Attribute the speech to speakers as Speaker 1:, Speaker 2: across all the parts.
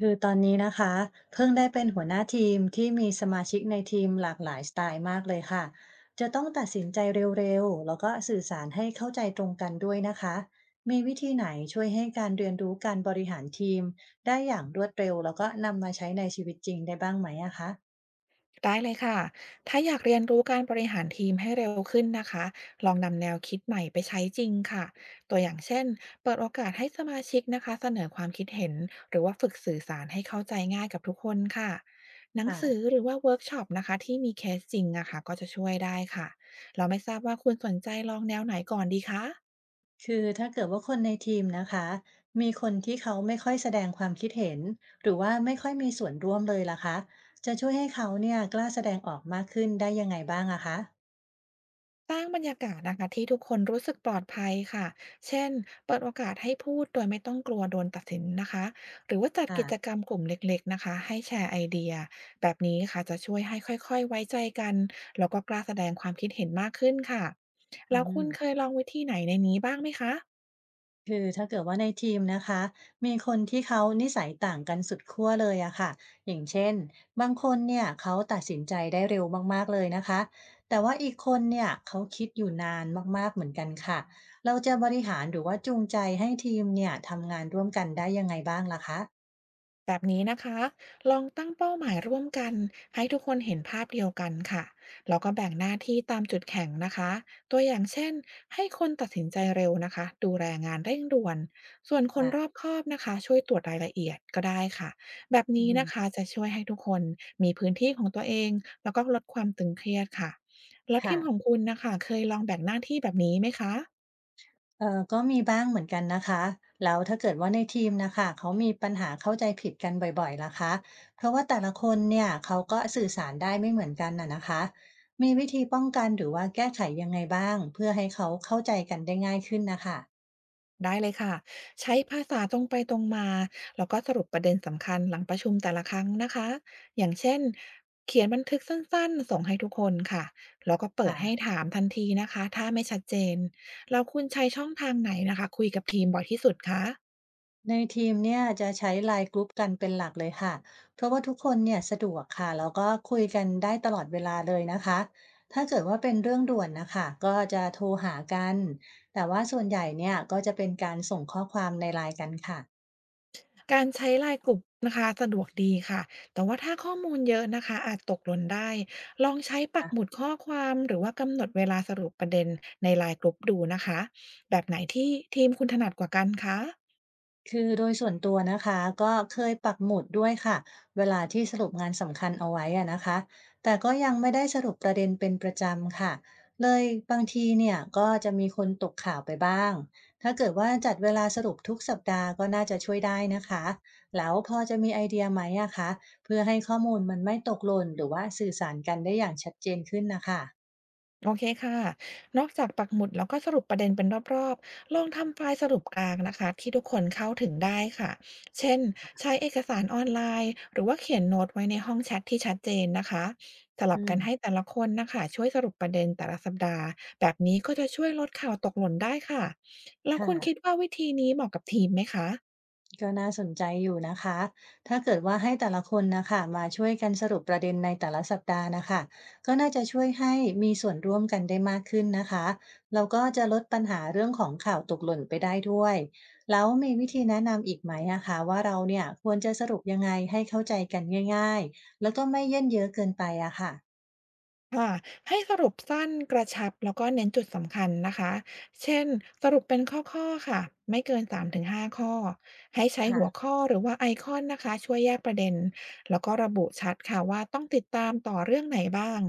Speaker 1: คือตอนนี้นะคะเพิ่งได้เป็นหัวหน้าทีมที่มีสมาชิกในทีมหลากหลายสไตล์มากเลยค่ะจะต้องตัดสินใจเร็วๆแล้วก็สื่อสารให้เข้าใจตรงกันด้วยนะคะมีวิธีไหนช่วยให้การเรียนรู้การบริหารทีมได้อย่างรวดเร็วแล้วก็นำมาใช้ในชีวิตจริงได้บ้างไหมอะคะ
Speaker 2: ได้เลยค่ะถ้าอยากเรียนรู้การบริหารทีมให้เร็วขึ้นนะคะลองนำแนวคิดใหม่ไปใช้จริงค่ะตัวอย่างเช่น เปิดโอกาสให้สมาชิกนะคะเสนอความคิดเห็นหรือว่าฝึกสื่อสารให้เข้าใจง่ายกับทุกคนค่ะหนัง
Speaker 1: อ่ะ
Speaker 2: สือหรือว่าเวิร์กช็อปนะคะที่มีเคสจริงนะคะก็จะช่วยได้ค่ะเราไม่ทราบว่าคุณสนใจลองแนวไหนก่อนดีคะ
Speaker 1: คือถ้าเกิดว่าคนในทีมนะคะมีคนที่เขาไม่ค่อยแสดงความคิดเห็นหรือว่าไม่ค่อยมีส่วนร่วมเลยล่ะคะจะช่วยให้เขาเนี่ยกล้าแสดงออกมากขึ้นได้ยังไงบ้างอะคะ
Speaker 2: สร้างบรรยากาศนะคะที่ทุกคนรู้สึกปลอดภัยค่ะเช่นเปิดโอกาสให้พูดโดยไม่ต้องกลัวโดนตัดสินนะคะหรือว่าจัด
Speaker 1: ค่ะ
Speaker 2: กิจกรรมกลุ่มเล็กๆนะคะให้แชร์ไอเดียแบบนี้ค่ะจะช่วยให้ค่อยๆไว้ใจกันแล้วก็กล้าแสดงความคิดเห็นมากขึ้นค่ะ
Speaker 1: อื
Speaker 2: แล้วคุณเค
Speaker 1: ม
Speaker 2: ยลองวิธีไหนในนี้บ้างไหมคะ
Speaker 1: คือถ้าเกิดว่าในทีมนะคะมีคนที่เขานิสัยต่างกันสุดขั้วเลยอะค่ะอย่างเช่นบางคนเนี่ยเขาตัดสินใจได้เร็วมากๆเลยนะคะแต่ว่าอีกคนเนี่ยเขาคิดอยู่นานมากๆเหมือนกันค่ะเราจะบริหารหรือว่าจูงใจให้ทีมเนี่ยทำงานร่วมกันได้ยังไงบ้างล่ะคะ
Speaker 2: แบบนี้นะคะลองตั้งเป้าหมายร่วมกัน ให้ทุกคนเห็นภาพเดียวกันค่ะ แล้วก็แบ่งหน้าที่ตามจุดแข็งนะคะ ตัวอย่างเช่นให้คนตัดสินใจเร็วนะคะดูแลงานเร่งด่วนส่วนคนรอบ
Speaker 1: ค่ะ
Speaker 2: คอบนะคะช่วยตรวจรายละเอียดก็ได้ค่ะ แบบ
Speaker 1: อื
Speaker 2: นี้
Speaker 1: ม
Speaker 2: นะคะจะช่วยให้ทุกคนมีพื้นที่ของตัวเอง แล้วก็ลดความตึงเครียดค่ะแล้วที
Speaker 1: ค่ะ
Speaker 2: มของคุณนะคะเคยลองแบ่งหน้าที่แบบนี้ไหมคะ
Speaker 1: ก็มีบ้างเหมือนกันนะคะแล้วถ้าเกิดว่าในทีมนะคะเขามีปัญหาเข้าใจผิดกันบ่อยๆล่ะคะเพราะว่าแต่ละคนเนี่ยเขาก็สื่อสารได้ไม่เหมือนกันน่ะนะคะมีวิธีป้องกันหรือว่าแก้ไขยังไงบ้างเพื่อให้เขาเข้าใจกันได้ง่ายขึ้นนะคะ
Speaker 2: ได้เลยค่ะใช้ภาษาตรงไปตรงมาแล้วก็สรุปประเด็นสำคัญหลังประชุมแต่ละครั้งนะคะอย่างเช่นเขียนบันทึกสั้นๆส่งให้ทุกคนค่ะแล้วก็เปิดให้
Speaker 1: ค่ะ
Speaker 2: ถามทันทีนะคะถ้าไม่ชัดเจนเราคุณใช้ช่องทางไหนนะคะคุยกับทีมบ่อยที่สุดคะ
Speaker 1: ในทีมเนี่ยจะใช้ไลน์กรุ๊ปกันเป็นหลักเลยค่ะ เพราะว่าทุกคนเนี่ยสะดวกค่ะแล้วก็คุยกันได้ตลอดเวลาเลยนะคะ ถ้าเกิดว่าเป็นเรื่องด่วนนะคะก็จะโทรหากัน แต่ว่าส่วนใหญ่เนี่ยก็จะเป็นการส่งข้อความในไลน์กันค่ะ
Speaker 2: การใช้ไลน์กลุ่มนะคะสะดวกดีค่ะแต่ว่าถ้าข้อมูลเยอะนะคะอาจตกหล่นได้ลองใช้ปักหมุดข้อความหรือว่ากำหนดเวลาสรุปประเด็นในไลน์กลุ่มดูนะคะแบบไหนที่ทีมคุณถนัดกว่ากันคะ
Speaker 1: คือโดยส่วนตัวนะคะก็เคยปักหมุดด้วยค่ะเวลาที่สรุปงานสำคัญเอาไว้อะนะคะแต่ก็ยังไม่ได้สรุปประเด็นเป็นประจำค่ะเลยบางทีเนี่ยก็จะมีคนตกข่าวไปบ้างถ้าเกิดว่าจัดเวลาสรุปทุกสัปดาห์ก็น่าจะช่วยได้นะคะแล้วพอจะมีไอเดียไหมอะคะเพื่อให้ข้อมูลมันไม่ตกหล่นหรือว่าสื่อสารกันได้อย่างชัดเจนขึ้นนะคะ
Speaker 2: โอเคค่ะ นอกจากปักหมุดแล้วก็สรุปประเด็นเป็นรอบๆลองทำไฟล์สรุปกลางนะคะที่ทุกคนเข้าถึงได้ค่ะ เช่นใช้เอกสารออนไลน์หรือว่าเขียนโน้ตไว้ในห้องแชทที่ชัดเจนนะคะ สลั
Speaker 1: อื
Speaker 2: บกันให้
Speaker 1: ม
Speaker 2: แต่ละคนนะคะช่วยสรุปประเด็นแต่ละสัปดาห์แบบนี้ก็จะช่วยลดข่าวตกหล่นได้ค่ะแล้ว
Speaker 1: ค่ะ
Speaker 2: คุณคิดว่าวิธีนี้เหมาะกับทีมไหมคะ
Speaker 1: ก็น่าสนใจอยู่นะคะ ถ้าเกิดว่าให้แต่ละคนนะคะมาช่วยกันสรุปประเด็นในแต่ละสัปดาห์นะคะก็น่าจะช่วยให้มีส่วนร่วมกันได้มากขึ้นนะคะแล้วก็จะลดปัญหาเรื่องของข่าวตกหล่นไปได้ด้วยแล้วมีวิธีแนะนำอีกไหมนะคะว่าเราเนี่ยควรจะสรุปยังไงให้เข้าใจกันง่ายๆแล้วก็ไม่เยินเยอะเกินไปอะค่ะ
Speaker 2: ค่ะให้สรุปสั้นกระชับแล้วก็เน้นจุดสำคัญนะคะเช่นสรุปเป็นข้อๆค่ะไม่เกิน3 ถึง 5ข้อให้ใช้หัว
Speaker 1: ค่ะ
Speaker 2: ข้อหรือว่าไอคอนนะคะช่วยแยกประเด็นแล้วก็ระบุชัดค่ะว่าต้องติดตามต่อเรื่องไหนบ้าง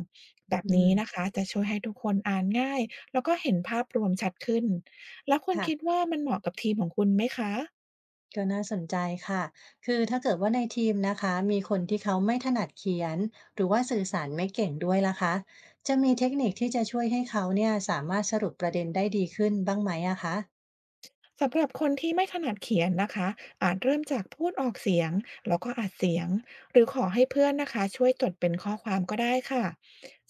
Speaker 2: แบบ
Speaker 1: อืม
Speaker 2: นี้นะคะจะช่วยให้ทุกคนอ่านง่ายแล้วก็เห็นภาพรวมชัดขึ้นแล้วคุณคิด
Speaker 1: ค่ะ
Speaker 2: ว่ามันเหมาะกับทีมของคุณไหมคะ
Speaker 1: ก็น่าสนใจค่ะคือถ้าเกิดว่าในทีมนะคะมีคนที่เขาไม่ถนัดเขียนหรือว่าสื่อสารไม่เก่งด้วยล่ะคะจะมีเทคนิคที่จะช่วยให้เขาเนี่ยสามารถสรุปประเด็นได้ดีขึ้นบ้างไหมอะคะ
Speaker 2: สำหรับคนที่ไม่ถนัดเขียนนะคะอาจเริ่มจากพูดออกเสียงแล้วก็อัดเสียงหรือขอให้เพื่อนนะคะช่วยจดเป็นข้อความก็ได้ค่ะ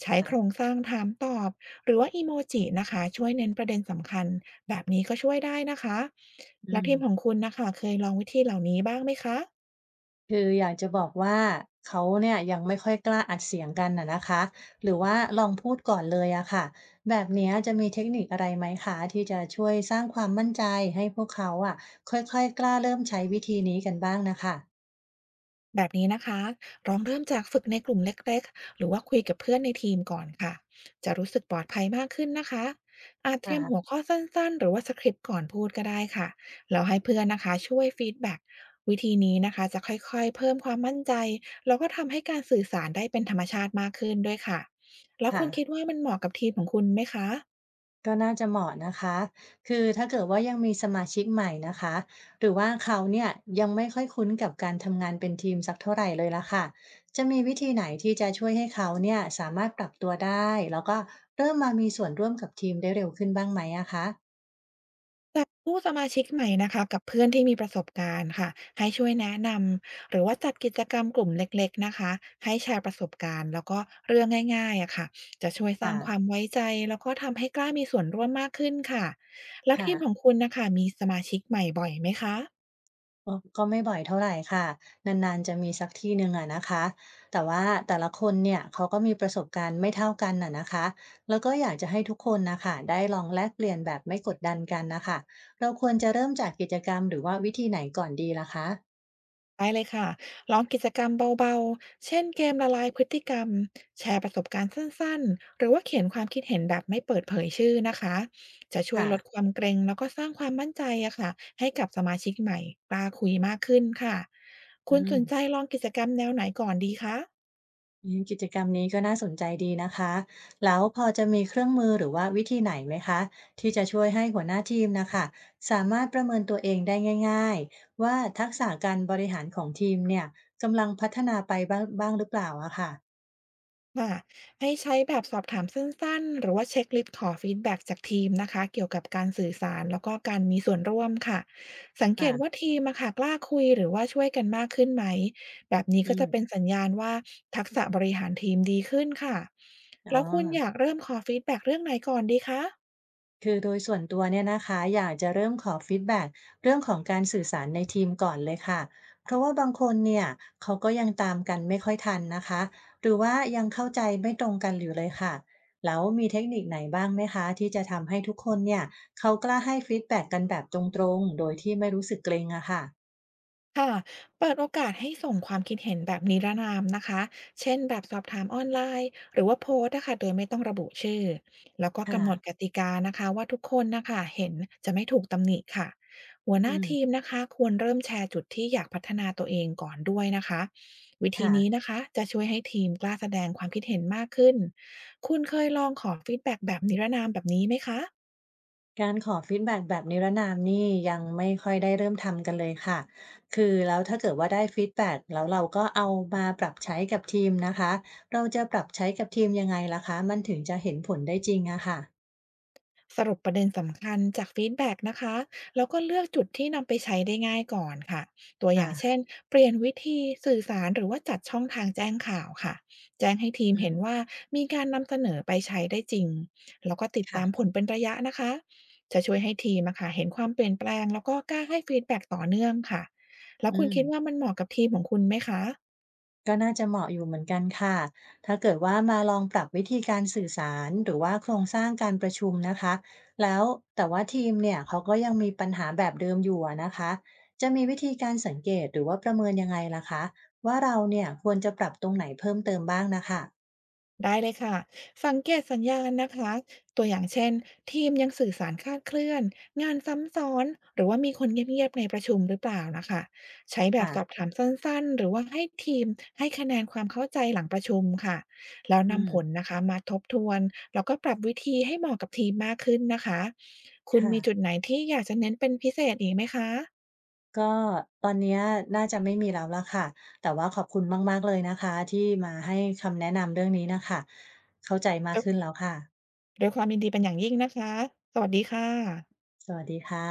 Speaker 2: ใช้โครง
Speaker 1: อ่ะ
Speaker 2: สร้างถามตอบหรือว่าอีโมจินะคะช่วยเน้นประเด็นสำคัญแบบนี้ก็ช่วยได้นะคะ
Speaker 1: อื
Speaker 2: แล้ว
Speaker 1: ม
Speaker 2: ทีมของคุณนะคะเคยลองวิธีเหล่านี้บ้างไหมคะ
Speaker 1: คืออยากจะบอกว่าเขาเนี่ยยังไม่ค่อยกล้าอัดเสียงกันนะนะคะหรือว่าลองพูดก่อนเลยอะค่ะแบบเนี้ยจะมีเทคนิคอะไรไหมคะที่จะช่วยสร้างความมั่นใจให้พวกเขาอะค่อยๆกล้าเริ่มใช้วิธีนี้กันบ้างนะคะ
Speaker 2: แบบนี้นะคะลองเริ่มจากฝึกในกลุ่มเล็กๆ หรือว่าคุยกับเพื่อนในทีมก่อนค่ะ จะรู้สึกปลอดภัยมากขึ้นนะคะอาจเตรียมหัว
Speaker 1: อ่า
Speaker 2: ข้อสั้นๆหรือว่าสคริปต์ก่อนพูดก็ได้ค่ะแล้วให้เพื่อนนะคะช่วยฟีดแบ็กวิธีนี้นะคะจะค่อยๆ เพิ่มความมั่นใจ แล้วก็ทำให้การสื่อสารได้เป็นธรรมชาติมากขึ้นด้วยค่ะ แล้ว
Speaker 1: ค่ะ
Speaker 2: คุณคิดว่ามันเหมาะกับทีมของคุณไหมคะ
Speaker 1: ก็น่าจะเหมาะนะคะ คือถ้าเกิดว่ายังมีสมาชิกใหม่นะคะ หรือว่าเขาเนี่ยยังไม่ค่อยคุ้นกับการทำงานเป็นทีมสักเท่าไหร่เลยละค่ะ จะมีวิธีไหนที่จะช่วยให้เขาเนี่ยสามารถปรับตัวได้ แล้วก็เริ่มมามีส่วนร่วมกับทีมได้เร็วขึ้นบ้างไหมอะคะ
Speaker 2: จับผู้สมาชิกใหม่นะคะกับเพื่อนที่มีประสบการณ์ค่ะให้ช่วยแนะนำหรือว่าจัดกิจกรรมกลุ่มเล็กๆนะคะให้แชร์ประสบการณ์แล้วก็เรื่องง่ายๆอะค่ะจะช่วยสร้างความ
Speaker 1: ค่ะ
Speaker 2: ไว้ใจแล้วก็ทำให้กล้ามีส่วนร่วมมากขึ้นค่ะแล้ว
Speaker 1: ค่ะ
Speaker 2: ทีมของคุณนะคะมีสมาชิกใหม่บ่อยไหมคะ
Speaker 1: อ๋อก็ไม่บ่อยเท่าไหรค่ะนานๆจะมีสักทีหนึ่งอะนะคะแต่ว่าแต่ละคนเนี่ยเขาก็มีประสบการณ์ไม่เท่ากันนะนะคะแล้วก็อยากจะให้ทุกคนนะค่ะได้ลองแลกเปลี่ยนแบบไม่กดดันกันนะคะเราควรจะเริ่มจากกิจกรรมหรือว่าวิธีไหนก่อนดีล่ะคะ
Speaker 2: ได้เลยค่ะลองกิจกรรมเบาๆ เช่นเกมละลายพฤติกรรมแชร์ประสบการณ์สั้นๆหรือว่าเขียนความคิดเห็นแบบไม่เปิดเผยชื่อนะคะจะช่วยลด
Speaker 1: ค่ะ
Speaker 2: ความเกรงแล้วก็สร้างความมั่นใจอะค่ะให้กับสมาชิกใหม่กล้าคุยมากขึ้นค่ะ
Speaker 1: อื
Speaker 2: คุณสนใจ
Speaker 1: ม
Speaker 2: ลองกิจกรรมแนวไหนก่อนดีคะ
Speaker 1: อืมกิจกรรมนี้ก็น่าสนใจดีนะคะแล้วพอจะมีเครื่องมือหรือว่าวิธีไหนไหมคะที่จะช่วยให้หัวหน้าทีมนะคะสามารถประเมินตัวเองได้ง่ายๆว่าทักษะการบริหารของทีมเนี่ยกำลังพัฒนาไปบ้างบ้างหรือเปล่าอะค่ะ
Speaker 2: ค่ะให้ใช้แบบสอบถามสั้นๆหรือว่าเช็คลิสต์ขอฟีดแบ็กจากทีมนะคะเกี่ยวกับการสื่อสารแล้วก็การมีส่วนร่วมค่ะสังเกตว่า
Speaker 1: อ่ะ
Speaker 2: ทีมอะค่ะกล้าคุยหรือว่าช่วยกันมากขึ้นไหมแบบนี้
Speaker 1: อื
Speaker 2: ก็จะเป็
Speaker 1: ม
Speaker 2: นสัญญาณว่าทักษะบริหารทีมดีขึ้นค่ะ
Speaker 1: อ๋
Speaker 2: แล้
Speaker 1: อ
Speaker 2: วคุณอยากเริ่มขอฟีดแบ็กเรื่องไหนก่อนดีคะ
Speaker 1: คือโดยส่วนตัวเนี่ยนะคะอยากจะเริ่มขอฟีดแบ็กเรื่องของการสื่อสารในทีมก่อนเลยค่ะเพราะว่าบางคนเนี่ยเขาก็ยังตามกันไม่ค่อยทันนะคะหรือว่ายังเข้าใจไม่ตรงกันอยู่เลยค่ะแล้วมีเทคนิคไหนบ้างไหมคะที่จะทำให้ทุกคนเนี่ยเขากล้าให้ฟีดแบ็กกันแบบตรงๆโดยที่ไม่รู้สึกเกรงอะค่ะ
Speaker 2: ค่ะเปิดโอกาสให้ส่งความคิดเห็นแบบนิรนามนะคะ เช่นแบบสอบถามออนไลน์หรือว่าโพสต์นะคะโดยไม่ต้องระบุชื่อ แล้วก็กำหนดก
Speaker 1: ค่ะ
Speaker 2: ติกานะคะว่าทุกคนนะคะเห็นจะไม่ถูกตำหนิค่ะ หัวห
Speaker 1: อื
Speaker 2: น้าทีม
Speaker 1: ม
Speaker 2: นะคะควรเริ่มแชร์จุดที่อยากพัฒนาตัวเองก่อนด้วยนะคะ วิธี
Speaker 1: ค่ะ
Speaker 2: นี้นะคะจะช่วยให้ทีมกล้าแสดงความคิดเห็นมากขึ้น คุณเคยลองขอฟีดแบ็กแบบนิรนามแบบนี้ไหมคะ
Speaker 1: การขอฟีดแบ็กแบบนิรนามนี่ยังไม่ค่อยได้เริ่มทำกันเลยค่ะ คือแล้วถ้าเกิดว่าได้ฟีดแบ็กแล้วเราก็เอามาปรับใช้กับทีมนะคะ เราจะปรับใช้กับทีมยังไงล่ะคะ มันถึงจะเห็นผลได้จริงอะค่ะ
Speaker 2: สรุปประเด็นสำคัญจากฟีดแบ็กนะคะแล้วก็เลือกจุดที่นำไปใช้ได้ง่ายก่อนค่ะตัวอย่าง
Speaker 1: ค่ะ
Speaker 2: เช่นเปลี่ยนวิธีสื่อสารหรือว่าจัดช่องทางแจ้งข่าวค่ะ แจ้งให้ทีม
Speaker 1: อื
Speaker 2: เห็
Speaker 1: ม
Speaker 2: นว่ามีการนำเสนอไปใช้ได้จริงแล้วก็ติดตามผ
Speaker 1: ค่ะ
Speaker 2: ลเป็นระยะนะคะจะช่วยให้ทีมอะค่ะเห็นความเปลี่ยนแปลงแล้วก็กล้าให้ฟีดแบ็กต่อเนื่องค่ะ แล้ว
Speaker 1: อื
Speaker 2: คุณคิดว่า
Speaker 1: ม
Speaker 2: มันเหมาะกับทีมของคุณไหมคะ
Speaker 1: ก็น่าจะเหมาะอยู่เหมือนกันค่ะ ถ้าเกิดว่ามาลองปรับวิธีการสื่อสารหรือว่าโครงสร้างการประชุมนะคะ แล้วแต่ว่าทีมเนี่ยเขาก็ยังมีปัญหาแบบเดิมอยู่อะนะคะ จะมีวิธีการสังเกตหรือว่าประเมินยังไงล่ะคะว่าเราเนี่ยควรจะปรับตรงไหนเพิ่มเติมบ้างนะคะ
Speaker 2: ได้เลยค่ะสังเกตสัญญาณนะคะตัวอย่างเช่นทีมยังสื่อสารคลาดเคลื่อนงานซ้ำซ้อนหรือว่ามีคนเงียบๆในประชุมหรือเปล่านะคะใช้แบบสอบ
Speaker 1: ค่ะ
Speaker 2: ถามสั้นๆหรือว่าให้ทีมให้คะแนนความเข้าใจหลังประชุมค่ะแล้ว
Speaker 1: อืม
Speaker 2: นำผลนะคะมาทบทวนแล้วก็ปรับวิธีให้เหมาะกับทีมมากขึ้นนะคะคุณ
Speaker 1: ค่ะ
Speaker 2: มีจุดไหนที่อยากจะเน้นเป็นพิเศษอีกไหมคะ
Speaker 1: ก็ตอนเนี้ยน่าจะไม่มีแล้วละค่ะ แต่ว่าขอบคุณมากๆเลยนะคะที่มาให้คำแนะนำเรื่องนี้นะคะเข้าใจมาก
Speaker 2: ด้วย
Speaker 1: ขึ้นแล้วค่ะ
Speaker 2: ด้วยความยินดีเป็นอย่างยิ่งนะคะสวัสดีค่ะ
Speaker 1: สวัสดีค่ะ